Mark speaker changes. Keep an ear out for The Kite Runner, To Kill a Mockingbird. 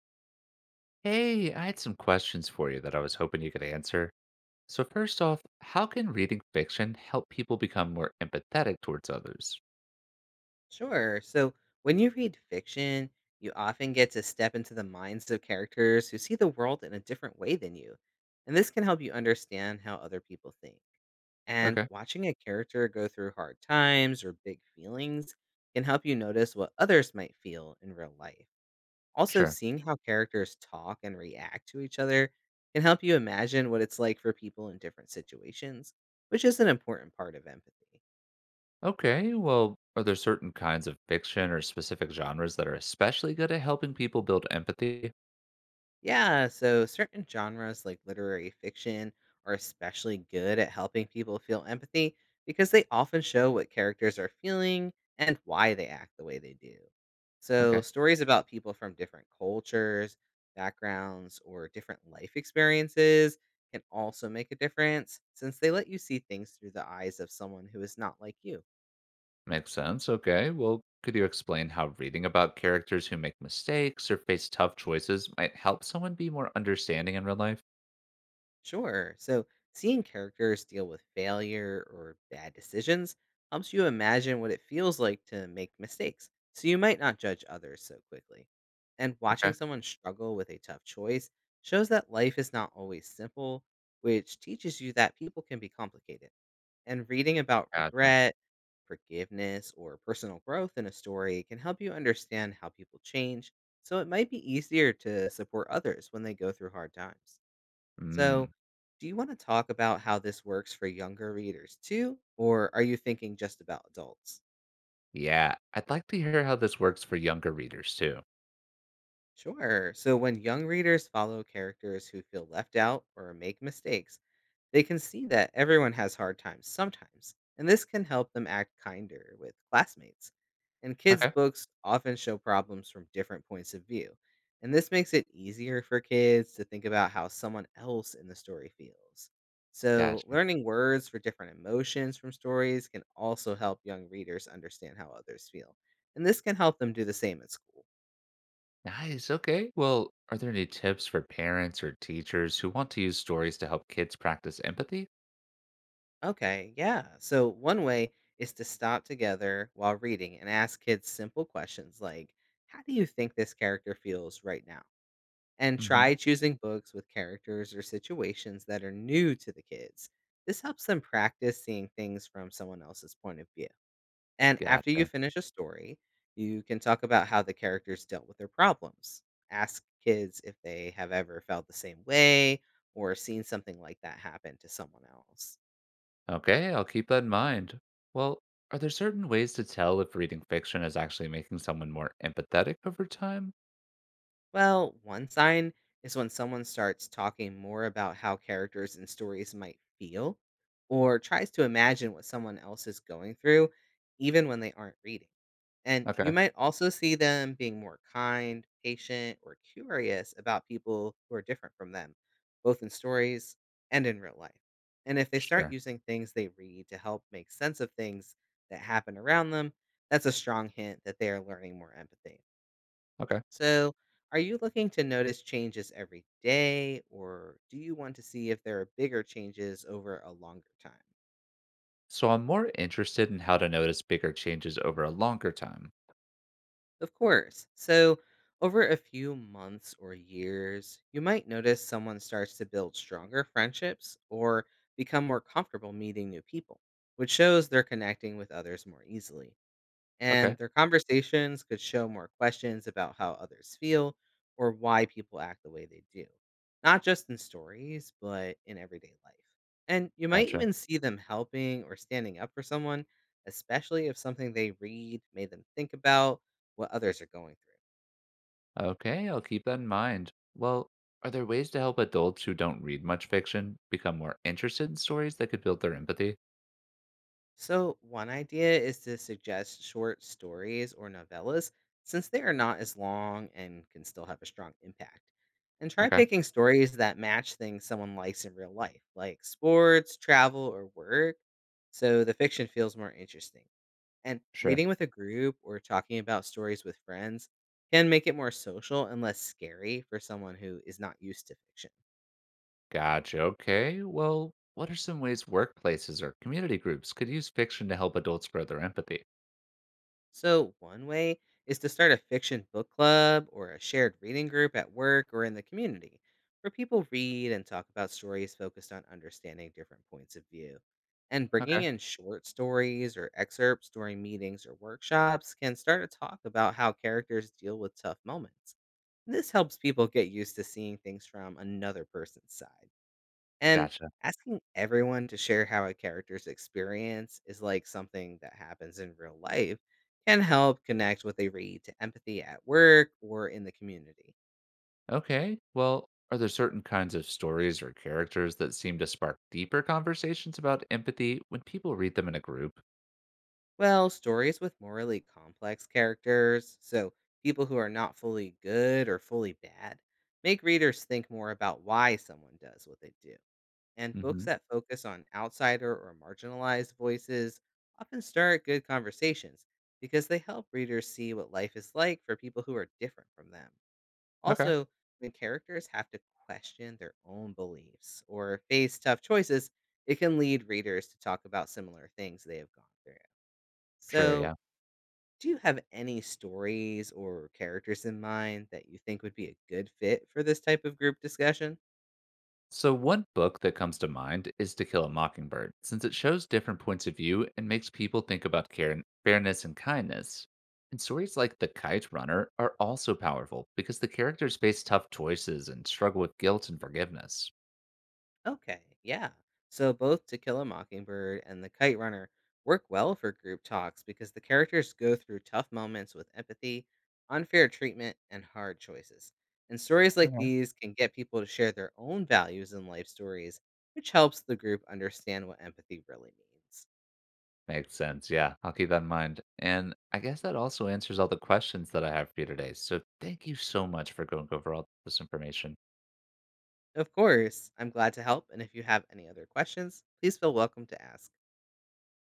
Speaker 1: Hey, I had some questions for you that I was hoping you could answer. So, first off, how can reading fiction help people become more empathetic towards others?
Speaker 2: Sure. So when you read fiction, you often get to step into the minds of characters who see the world in a different way than you. And this can help you understand how other people think. And
Speaker 1: Okay,
Speaker 2: watching a character go through hard times or big feelings can help you notice what others might feel in real life. Also,
Speaker 1: sure.
Speaker 2: seeing how characters talk and react to each other can help you imagine what it's like for people in different situations, which is an important part of empathy.
Speaker 1: Okay, well, are there certain kinds of fiction or specific genres that are especially good at helping people build empathy?
Speaker 2: Yeah, so certain genres like literary fiction are especially good at helping people feel empathy because they often show what characters are feeling and why they act the way they do. So,
Speaker 1: Okay,
Speaker 2: stories about people from different cultures, backgrounds, or different life experiences can also make a difference since they let you see things through the eyes of someone who is not like you.
Speaker 1: makes sense. Okay, well, could you explain how reading about characters who make mistakes or face tough choices might help someone be more understanding in real life?
Speaker 2: Sure. So, seeing characters deal with failure or bad decisions helps you imagine what it feels like to make mistakes, so you might not judge others so quickly. And watching
Speaker 1: Okay,
Speaker 2: someone struggle with a tough choice shows that life is not always simple, which teaches you that people can be complicated. And reading about
Speaker 1: gotcha.
Speaker 2: regret, forgiveness, or personal growth in a story can help you understand how people change, so it might be easier to support others when they go through hard times. So,
Speaker 1: Mm.
Speaker 2: do you want to talk about how this works for younger readers too? Or are you thinking just about adults?
Speaker 1: Yeah, I'd like to hear how this works for younger readers too.
Speaker 2: Sure. So, when young readers follow characters who feel left out or make mistakes, they can see that everyone has hard times sometimes, and this can help them act kinder with classmates. And kids'
Speaker 1: Okay.
Speaker 2: books often show problems from different points of view, and this makes it easier for kids to think about how someone else in the story feels. So,
Speaker 1: Gotcha.
Speaker 2: learning words for different emotions from stories can also help young readers understand how others feel, and this can help them do the same at school.
Speaker 1: Nice. Okay. Well, are there any tips for parents or teachers who want to use stories to help kids practice empathy?
Speaker 2: Okay, yeah. So one way is to stop together while reading and ask kids simple questions like, how do you think this character feels right now? And
Speaker 1: Hmm.
Speaker 2: try choosing books with characters or situations that are new to the kids. This helps them practice seeing things from someone else's point of view. And after you
Speaker 1: Gotcha.
Speaker 2: finish a story, you can talk about how the characters dealt with their problems. Ask kids if they have ever felt the same way or seen something like that happen to someone else.
Speaker 1: Okay, I'll keep that in mind. Well, are there certain ways to tell if reading fiction is actually making someone more empathetic over time?
Speaker 2: Well, one sign is when someone starts talking more about how characters and stories might feel or tries to imagine what someone else is going through, even when they aren't reading. And you
Speaker 1: Okay.
Speaker 2: might also see them being more kind, patient, or curious about people who are different from them, both in stories and in real life. And if they start
Speaker 1: Sure.
Speaker 2: using things they read to help make sense of things that happen around them, that's a strong hint that they are learning more empathy.
Speaker 1: Okay.
Speaker 2: So, are you looking to notice changes every day, or do you want to see if there are bigger changes over a longer time?
Speaker 1: So I'm more interested in how to notice bigger changes over a longer time.
Speaker 2: Of course. So, over a few months or years, you might notice someone starts to build stronger friendships or become more comfortable meeting new people, which shows they're connecting with others more easily.
Speaker 1: Okay.
Speaker 2: And their conversations could show more questions about how others feel or why people act the way they do, not just in stories, but in everyday life. And you might
Speaker 1: Gotcha.
Speaker 2: even see them helping or standing up for someone, especially if something they read made them think about what others are going through.
Speaker 1: Okay, I'll keep that in mind. Well, are there ways to help adults who don't read much fiction become more interested in stories that could build their empathy?
Speaker 2: So, one idea is to suggest short stories or novellas since they are not as long and can still have a strong impact. And try
Speaker 1: Okay,
Speaker 2: picking stories that match things someone likes in real life, like sports, travel, or work, so the fiction feels more interesting. And
Speaker 1: sure.
Speaker 2: reading with a group or talking about stories with friends can make it more social and less scary for someone who is not used to fiction.
Speaker 1: Gotcha. Okay, well, what are some ways workplaces or community groups could use fiction to help adults grow their empathy?
Speaker 2: So, one way is to start a fiction book club or a shared reading group at work or in the community where people read and talk about stories focused on understanding different points of view. And bringing
Speaker 1: Okay,
Speaker 2: in short stories or excerpts during meetings or workshops can start a talk about how characters deal with tough moments. This helps people get used to seeing things from another person's side. And
Speaker 1: gotcha.
Speaker 2: asking everyone to share how a character's experience is like something that happens in real life can help connect what they read to empathy at work or in the community.
Speaker 1: Okay, well, are there certain kinds of stories or characters that seem to spark deeper conversations about empathy when people read them in a group?
Speaker 2: Well, stories with morally complex characters, so people who are not fully good or fully bad, make readers think more about why someone does what they do. And
Speaker 1: Mm
Speaker 2: books
Speaker 1: hmm.
Speaker 2: that focus on outsider or marginalized voices often start good conversations because they help readers see what life is like for people who are different from them.
Speaker 1: Okay,
Speaker 2: Also, when characters have to question their own beliefs or face tough choices, it can lead readers to talk about similar things they have gone through.
Speaker 1: sure,
Speaker 2: So,
Speaker 1: yeah.
Speaker 2: do you have any stories or characters in mind that you think would be a good fit for this type of group discussion?
Speaker 1: So, one book that comes to mind is To Kill a Mockingbird, since it shows different points of view and makes people think about care and fairness and kindness. And stories like The Kite Runner are also powerful because the characters face tough choices and struggle with guilt and forgiveness.
Speaker 2: Okay, yeah. So both To Kill a Mockingbird and The Kite Runner work well for group talks because the characters go through tough moments with empathy, unfair treatment, and hard choices. And stories like
Speaker 1: Okay.
Speaker 2: these can get people to share their own values and life stories, which helps the group understand what empathy really means.
Speaker 1: Makes sense. Yeah, I'll keep that in mind. And I guess that also answers all the questions that I have for you today. So, thank you so much for going over all this information.
Speaker 2: Of course, I'm glad to help, and if you have any other questions, please feel welcome to ask.